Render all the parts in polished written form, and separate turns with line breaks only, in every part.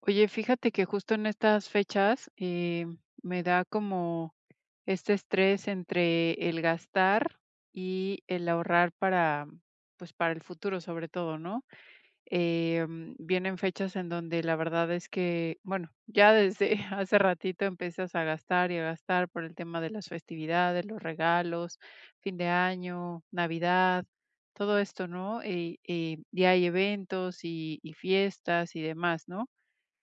Oye, fíjate que justo en estas fechas, me da como este estrés entre el gastar y el ahorrar para, pues, para el futuro, sobre todo, ¿no? Vienen fechas en donde la verdad es que, bueno, ya desde hace ratito empiezas a gastar y a gastar por el tema de las festividades, los regalos, fin de año, Navidad, todo esto, ¿no? Y hay eventos y fiestas y demás, ¿no?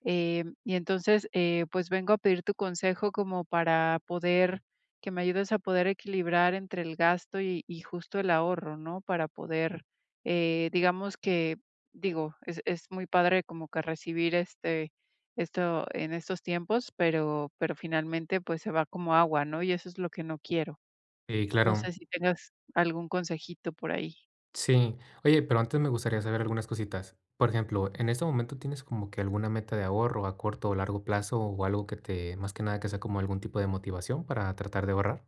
Y entonces, pues vengo a pedir tu consejo como para poder, que me ayudes a poder equilibrar entre el gasto y justo el ahorro, ¿no? Para poder, digamos que, digo, es muy padre como que recibir esto en estos tiempos, pero finalmente pues se va como agua, ¿no? Y eso es lo que no quiero.
Sí,
No sé
claro.
si tengas algún consejito por ahí.
Sí. Oye, pero antes me gustaría saber algunas cositas. Por ejemplo, ¿en este momento tienes como que alguna meta de ahorro a corto o largo plazo o algo que te, más que nada, que sea como algún tipo de motivación para tratar de ahorrar?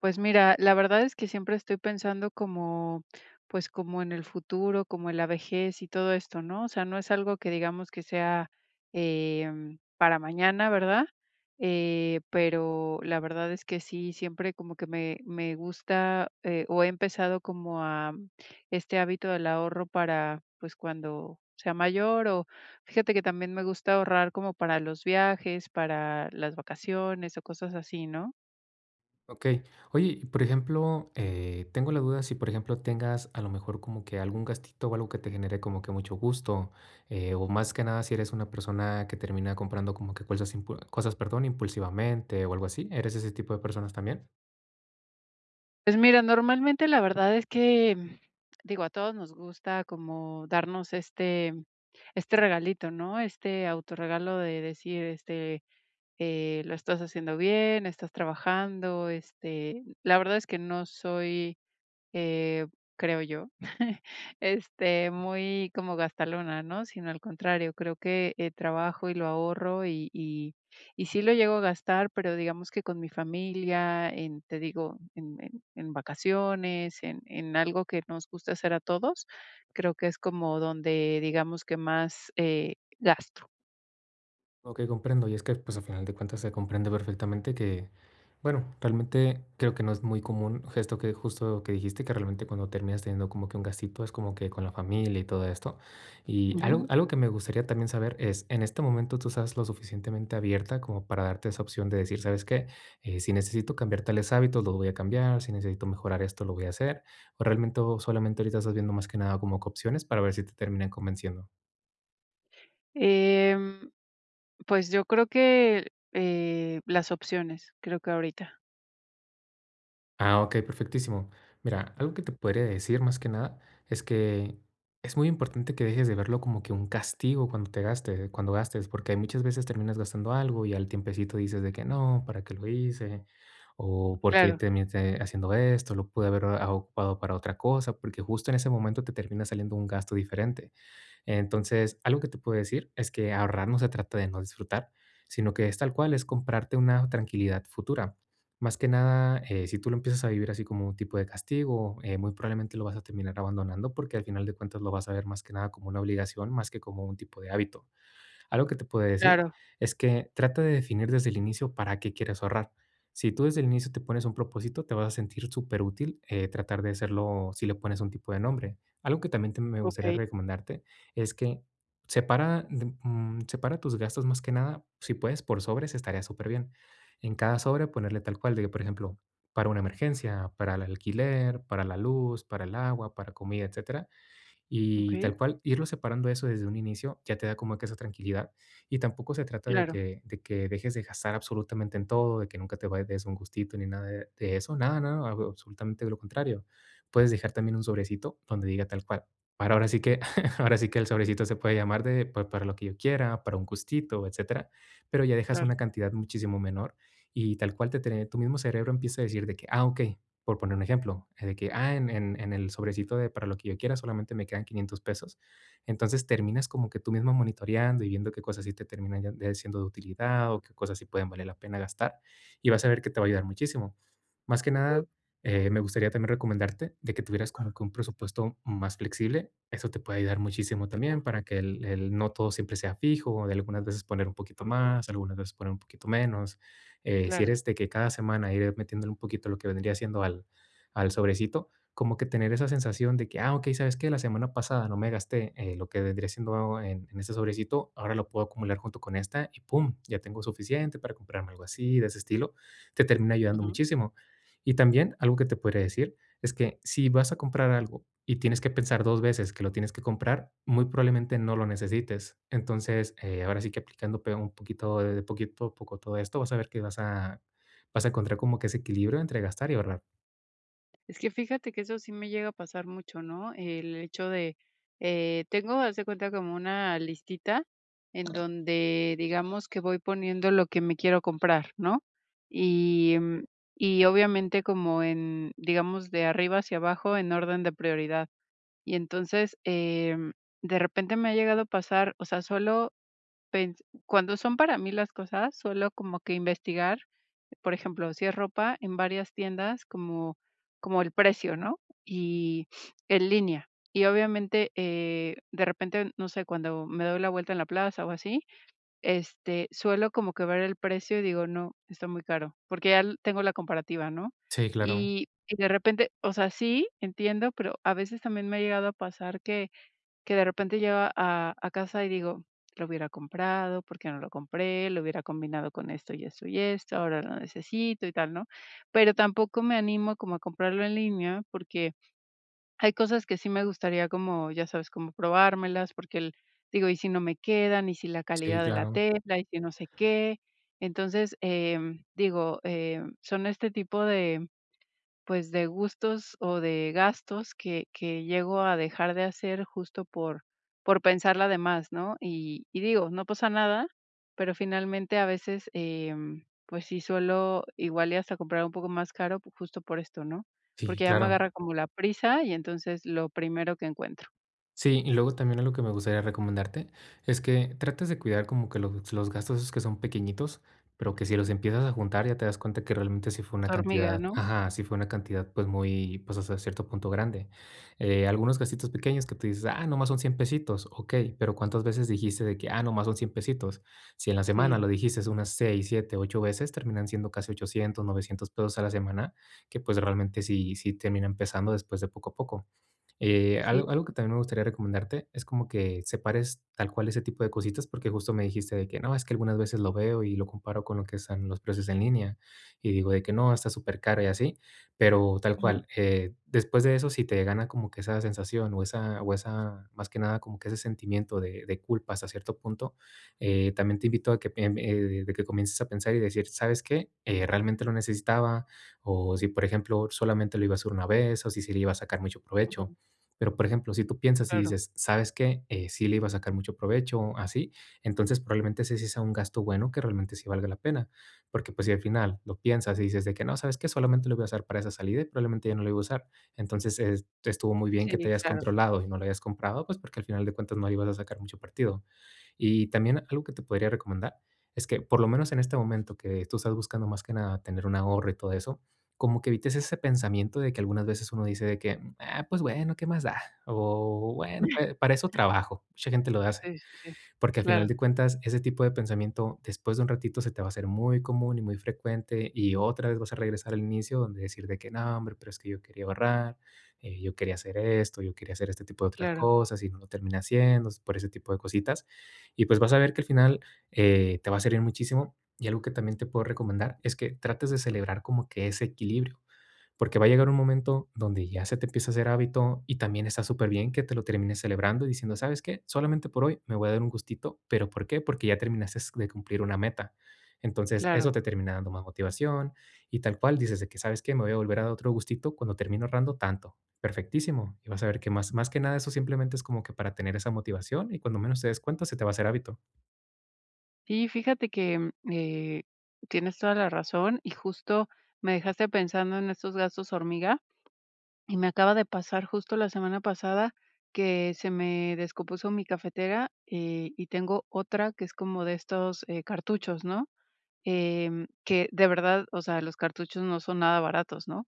Pues mira, la verdad es que siempre estoy pensando como, pues como en el futuro, como en la vejez y todo esto, ¿no? O sea, no es algo que digamos que sea para mañana, ¿verdad? Pero la verdad es que sí, siempre como que me gusta o he empezado como a este hábito del ahorro para, pues cuando sea mayor o fíjate que también me gusta ahorrar como para los viajes, para las vacaciones o cosas así, ¿no?
Ok. Oye, y por ejemplo, tengo la duda si, por ejemplo, tengas a lo mejor como que algún gastito o algo que te genere como que mucho gusto, o más que nada si eres una persona que termina comprando como que cosas, cosas, perdón, impulsivamente o algo así. ¿Eres ese tipo de personas también?
Pues mira, normalmente la verdad es que, digo, a todos nos gusta como darnos este regalito, ¿no? Este autorregalo de decir, este, lo estás haciendo bien, estás trabajando, este, la verdad es que no soy eh, creo yo, este, muy como gastalona, ¿no? Sino al contrario, creo que trabajo y lo ahorro y sí lo llego a gastar, pero digamos que con mi familia, en, te digo, en vacaciones, en algo que nos gusta hacer a todos, creo que es como donde digamos que más gasto.
Ok, comprendo. Y es que, pues, a final de cuentas se comprende perfectamente que, bueno, realmente creo que no es muy común esto que justo que dijiste, que realmente cuando terminas teniendo como que un gastito es como que con la familia y todo esto. Y algo,
Ujú.
algo que me gustaría también saber es, en este momento tú estás lo suficientemente abierta como para darte esa opción de decir, ¿sabes qué? Si necesito cambiar tales hábitos, lo voy a cambiar. Si necesito mejorar esto, lo voy a hacer. O realmente o solamente ahorita estás viendo más que nada como que opciones para ver si te terminan convenciendo.
Em, pues yo creo que las opciones, creo que ahorita.
Ah, okey, perfectísimo. Mira, algo que te podría decir más que nada es que es muy importante que dejes de verlo como que un castigo cuando te gastes, cuando gastes, porque muchas veces terminas gastando algo y al tiempecito dices de que: "No, ¿para qué lo hice?", o "¿Por qué
Claro,
terminé haciendo esto? Lo pude haber, ocupado para otra cosa", porque justo en ese momento te termina saliendo un gasto diferente. Entonces, algo que te puedo decir es que ahorrar no se trata de no disfrutar, sino que es tal cual, es comprarte una tranquilidad futura. Más que nada, si tú lo empiezas a vivir así como un tipo de castigo, muy probablemente lo vas a terminar abandonando porque al final de cuentas lo vas a ver más que nada como una obligación, más que como un tipo de hábito. Algo que te puedo decir
claro,
es que trata de definir desde el inicio para qué quieres ahorrar. Si tú desde el inicio te pones un propósito, te vas a sentir súper útil tratar de hacerlo si le pones un tipo de nombre. Algo que también me
ok,
gustaría recomendarte es que separa tus gastos más que nada. Si puedes, por sobres estaría súper bien. En cada sobre ponerle tal cual, de que, por ejemplo, para una emergencia, para el alquiler, para la luz, para el agua, para comida, etcétera
ok.
y tal cual, irlo separando eso desde un inicio ya te da como que esa tranquilidad. Y tampoco se trata
Claro,
de que dejes de gastar absolutamente en todo, de que nunca te vayas des un gustito ni nada de, de eso. Nada, nada, absolutamente lo contrario. Puedes dejar también un sobrecito donde diga tal cual. Para ahora sí que, ahora sí que el sobrecito se puede llamar de para lo que yo quiera, para un gustito, etcétera. Pero ya dejas
claro,
una cantidad muchísimo menor y tal cual te, tu mismo cerebro empieza a decir de que, ah, ok, por poner un ejemplo, de que, ah, en el sobrecito de para lo que yo quiera solamente me quedan 500 pesos. Entonces, terminas como que tú misma monitoreando y viendo qué cosas sí te terminan ya de siendo de utilidad o qué cosas sí pueden valer la pena gastar, y vas a ver que te va a ayudar muchísimo. Más que nada, me gustaría también recomendarte de que tuvieras como ajá que un presupuesto más flexible. Eso te puede ayudar muchísimo también para que el no todo siempre sea fijo, de algunas veces poner un poquito más, algunas veces poner un poquito menos si
claro.
eres de que cada semana ir metiéndole un poquito lo que vendría siendo al, al sobrecito, como que tener esa sensación de que, ah, ok, ¿sabes qué? La semana pasada no me gasté lo que vendría siendo en este sobrecito, ahora lo puedo acumular junto con esta y ¡pum! Ya tengo suficiente para comprarme algo así, de ese estilo. Te termina ayudando
Ujú.
muchísimo. Y también algo que te podría decir es que si vas a comprar algo y tienes que pensar 2 veces que lo tienes que comprar, muy probablemente no lo necesites. Entonces, ahora sí que aplicando pe un poquito de poquito a poco todo esto, vas a ver que vas a encontrar como que ese equilibrio entre gastar y ahorrar.
Es que fíjate que eso sí me llega a pasar mucho, ¿no? El hecho de, tengo, haz de cuenta, como una listita en donde, digamos, que voy poniendo lo que me quiero comprar, ¿no? Y, mm, y obviamente como en, digamos, de arriba hacia abajo en orden de prioridad. Y entonces, de repente me ha llegado a pasar, o sea, solo cuando son para mí las cosas, solo como que investigar por ejemplo, si es ropa, en varias tiendas como el precio, ¿no? Y en línea. Y obviamente, de repente, no sé, cuando me doy la vuelta en la plaza o así, este, suelo como que ver el precio y digo: "No, está muy caro", porque ya l tengo la comparativa, ¿no?
Sí, claro.
Y de repente, o sea, sí, entiendo, pero a veces también me ha llegado a pasar que de repente llego a casa y digo: "Lo hubiera comprado, ¿por qué no lo compré? Lo hubiera combinado con esto y esto y esto, ahora lo necesito y tal", ¿no? Pero tampoco me animo como a comprarlo en línea, porque hay cosas que sí me gustaría como, ya sabes, como probármelas, porque el digo: "¿Y si no me quedan? ¿Y si la
Sí,
calidad de la
claro.
tela? ¿Y si no sé qué?". Entonces, digo, son este tipo de pues, de gustos o de gastos que llego a dejar de hacer justo por pensarla de más, ¿no? Y digo, no pasa nada, pero finalmente a veces, pues sí suelo igual y hasta comprar un poco más caro, pues, justo por esto, ¿no?
Sí,
Porque ya me
claro.
agarra como la prisa y entonces lo primero que encuentro,
Sí, y luego también lo que me gustaría recomendarte es que trates de cuidar como que los gastos esos que son pequeñitos, pero que si los empiezas a juntar ya te das cuenta que realmente sí fue
pues,
una
hormiga,
cantidad,
¿no?
ajá, sí fue una cantidad pues muy, pues hasta cierto punto grande. Algunos gastitos pequeños que tú dices, ah, nomás son 100 pesitos, ok, pero ¿cuántas veces dijiste de que, ah, nomás son 100 pesitos? Si en la semana
Sí,
lo dijiste unas 6 7 8 veces, terminan siendo casi 800 900 pesos a la semana, que pues realmente sí, sí terminan pesando después de poco a poco. Eh,
sí,
algo, algo que también me gustaría recomendarte es como que separes tal cual ese tipo de cositas, porque justo me dijiste de que no, es que algunas veces lo veo y lo comparo con lo que están los precios en línea y digo de que no, está súper caro y así, pero tal
ujú,
cual, después de eso, si te gana como que esa sensación más que nada como que ese sentimiento de culpa hasta cierto punto, también te invito a que, de que comiences a pensar y decir, ¿sabes qué? Realmente lo necesitaba o si, por ejemplo, solamente lo iba a hacer una vez o si se le iba a sacar mucho provecho
ujú,
pero, por ejemplo, si tú piensas y
claro,
dices: "¿Sabes qué? Sí le iba a sacar mucho provecho", o así, entonces probablemente ese sí sea un gasto bueno que realmente sí valga la pena. Porque, pues, si al final lo piensas y dices de que: "No, ¿sabes qué? Solamente lo voy a usar para esa salida y probablemente ya no lo voy a usar". Entonces, es estuvo muy bien que
sí,
te hayas
claro.
controlado y no lo hayas comprado, pues, porque al final de cuentas no le ibas a sacar mucho partido. Y también algo que te podría recomendar es que, por lo menos en este momento que tú estás buscando más que nada tener un ahorro y todo eso, como que evites ese pensamiento de que algunas veces uno dice de que: "Ah, pues bueno, ¿qué más da?". O: "Bueno, pue para eso trabajo". Mucha gente lo hace,
Sí, sí, sí.
porque al final
Claro,
de cuentas ese tipo de pensamiento después de un ratito se te va a hacer muy común y muy frecuente, y otra vez vas a regresar al inicio donde decir de que: "No, hombre, pero es que yo quería ahorrar, yo quería hacer esto, yo quería hacer este tipo de otras
claro,
cosas y no lo terminé haciendo", por ese tipo de cositas. Y pues vas a ver que al final, te va a servir muchísimo. Y algo que también te puedo recomendar es que trates de celebrar como que ese equilibrio. Porque va a llegar un momento donde ya se te empieza a hacer hábito y también está súper bien que te lo termines celebrando y diciendo, ¿sabes qué? Solamente por hoy me voy a dar un gustito, pero ¿por qué? Porque ya terminaste de cumplir una meta. Entonces,
claro.
eso te termina dando más motivación y tal cual dices de que, ¿sabes qué? Me voy a volver a dar otro gustito cuando termino ahorrando tanto. Perfectísimo. Y vas a ver que más que nada eso simplemente es como que para tener esa motivación y cuando menos te des cuenta se te va a hacer hábito.
Sí, fíjate que, tienes toda la razón, y justo me dejaste pensando en estos gastos hormiga, y me acaba de pasar justo la semana pasada que se me descompuso mi cafetera, y tengo otra que es como de estos, cartuchos, ¿no? Que de verdad, o sea, los cartuchos no son nada baratos, ¿no?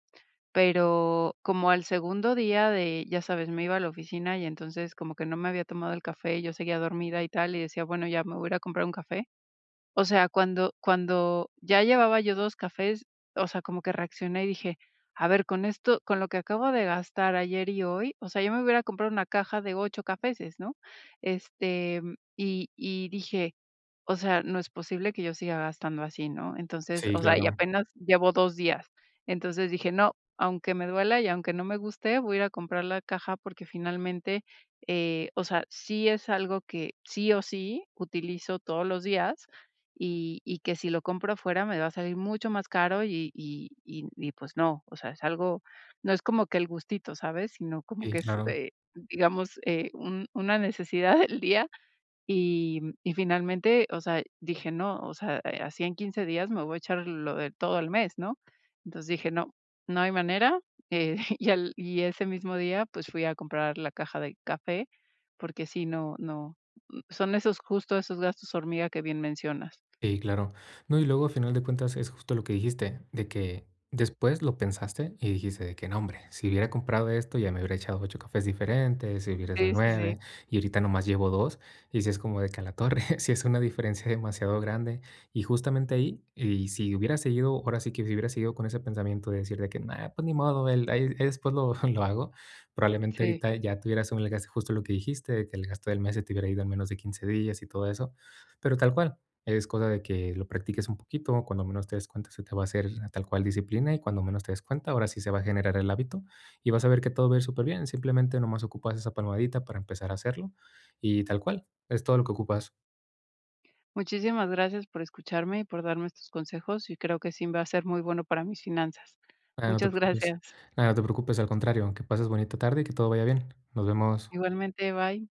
Pero como al segundo día de, ya sabes, me iba a la oficina y entonces como que no me había tomado el café, yo seguía dormida y tal, y decía: "Bueno, ya me voy a ir a comprar un café". O sea, cuando ya llevaba yo 2 cafés, o sea, como que reaccioné y dije: "A ver, con esto con lo que acabo de gastar ayer y hoy, o sea, yo me hubiera comprado una caja de 8 cafés, ¿no? Este, y dije: o sea, no es posible que yo siga gastando así, ¿no? Entonces,
Sí,
o sea, y
claro.
apenas llevo 2 días. Entonces dije: "No, aunque me duela y aunque no me guste, voy a ir a comprar la caja", porque finalmente, o sea, sí es algo que sí o sí utilizo todos los días y que si lo compro afuera me va a salir mucho más caro y pues no, o sea, es algo no es como que el gustito, ¿sabes? Sino como
Sí,
que es,
claro.
digamos, un una necesidad del día y finalmente, o sea, dije: "No, o sea, así en 15 días me voy a echar lo de todo el mes", ¿no? Entonces dije: "No, no hay manera", y ese mismo día, pues, fui a comprar la caja de café, porque sí, no no, son esos justo esos gastos hormiga que bien mencionas.
Sí, claro. No, y luego, a final de cuentas, es justo lo que dijiste, de que después lo pensaste y dijiste de que, no, hombre, si hubiera comprado esto, ya me hubiera echado ocho cafés diferentes, si hubiera sido
Sí, sí,
nueve,
sí,
y ahorita nomás llevo dos, y si es como de que a la torre, si es una diferencia demasiado grande. Y justamente ahí, y si hubiera seguido, ahora sí que si hubiera seguido con ese pensamiento de decir de que, nah, pues ni modo, el, ahí después lo, lo hago, probablemente
sí.
ahorita ya tuvieras un gasto, justo lo que dijiste, de que el gasto del mes se te hubiera ido en menos de 15 días y todo eso, pero tal cual. Es cosa de que lo practiques un poquito, cuando menos te des cuenta se te va a hacer tal cual disciplina y cuando menos te des cuenta, ahora sí se va a generar el hábito y vas a ver que todo va a ir superbién, simplemente nomás ocupas esa palmadita para empezar a hacerlo y tal cual, es todo lo que ocupas.
Muchísimas gracias por escucharme y por darme estos consejos, y creo que sí va a ser muy bueno para mis finanzas.
Nada, no te
Muchas
preocupes.
gracias.
Nada, no te preocupes, al contrario, que pases bonita tarde y que todo vaya bien. Nos vemos.
Igualmente, bye.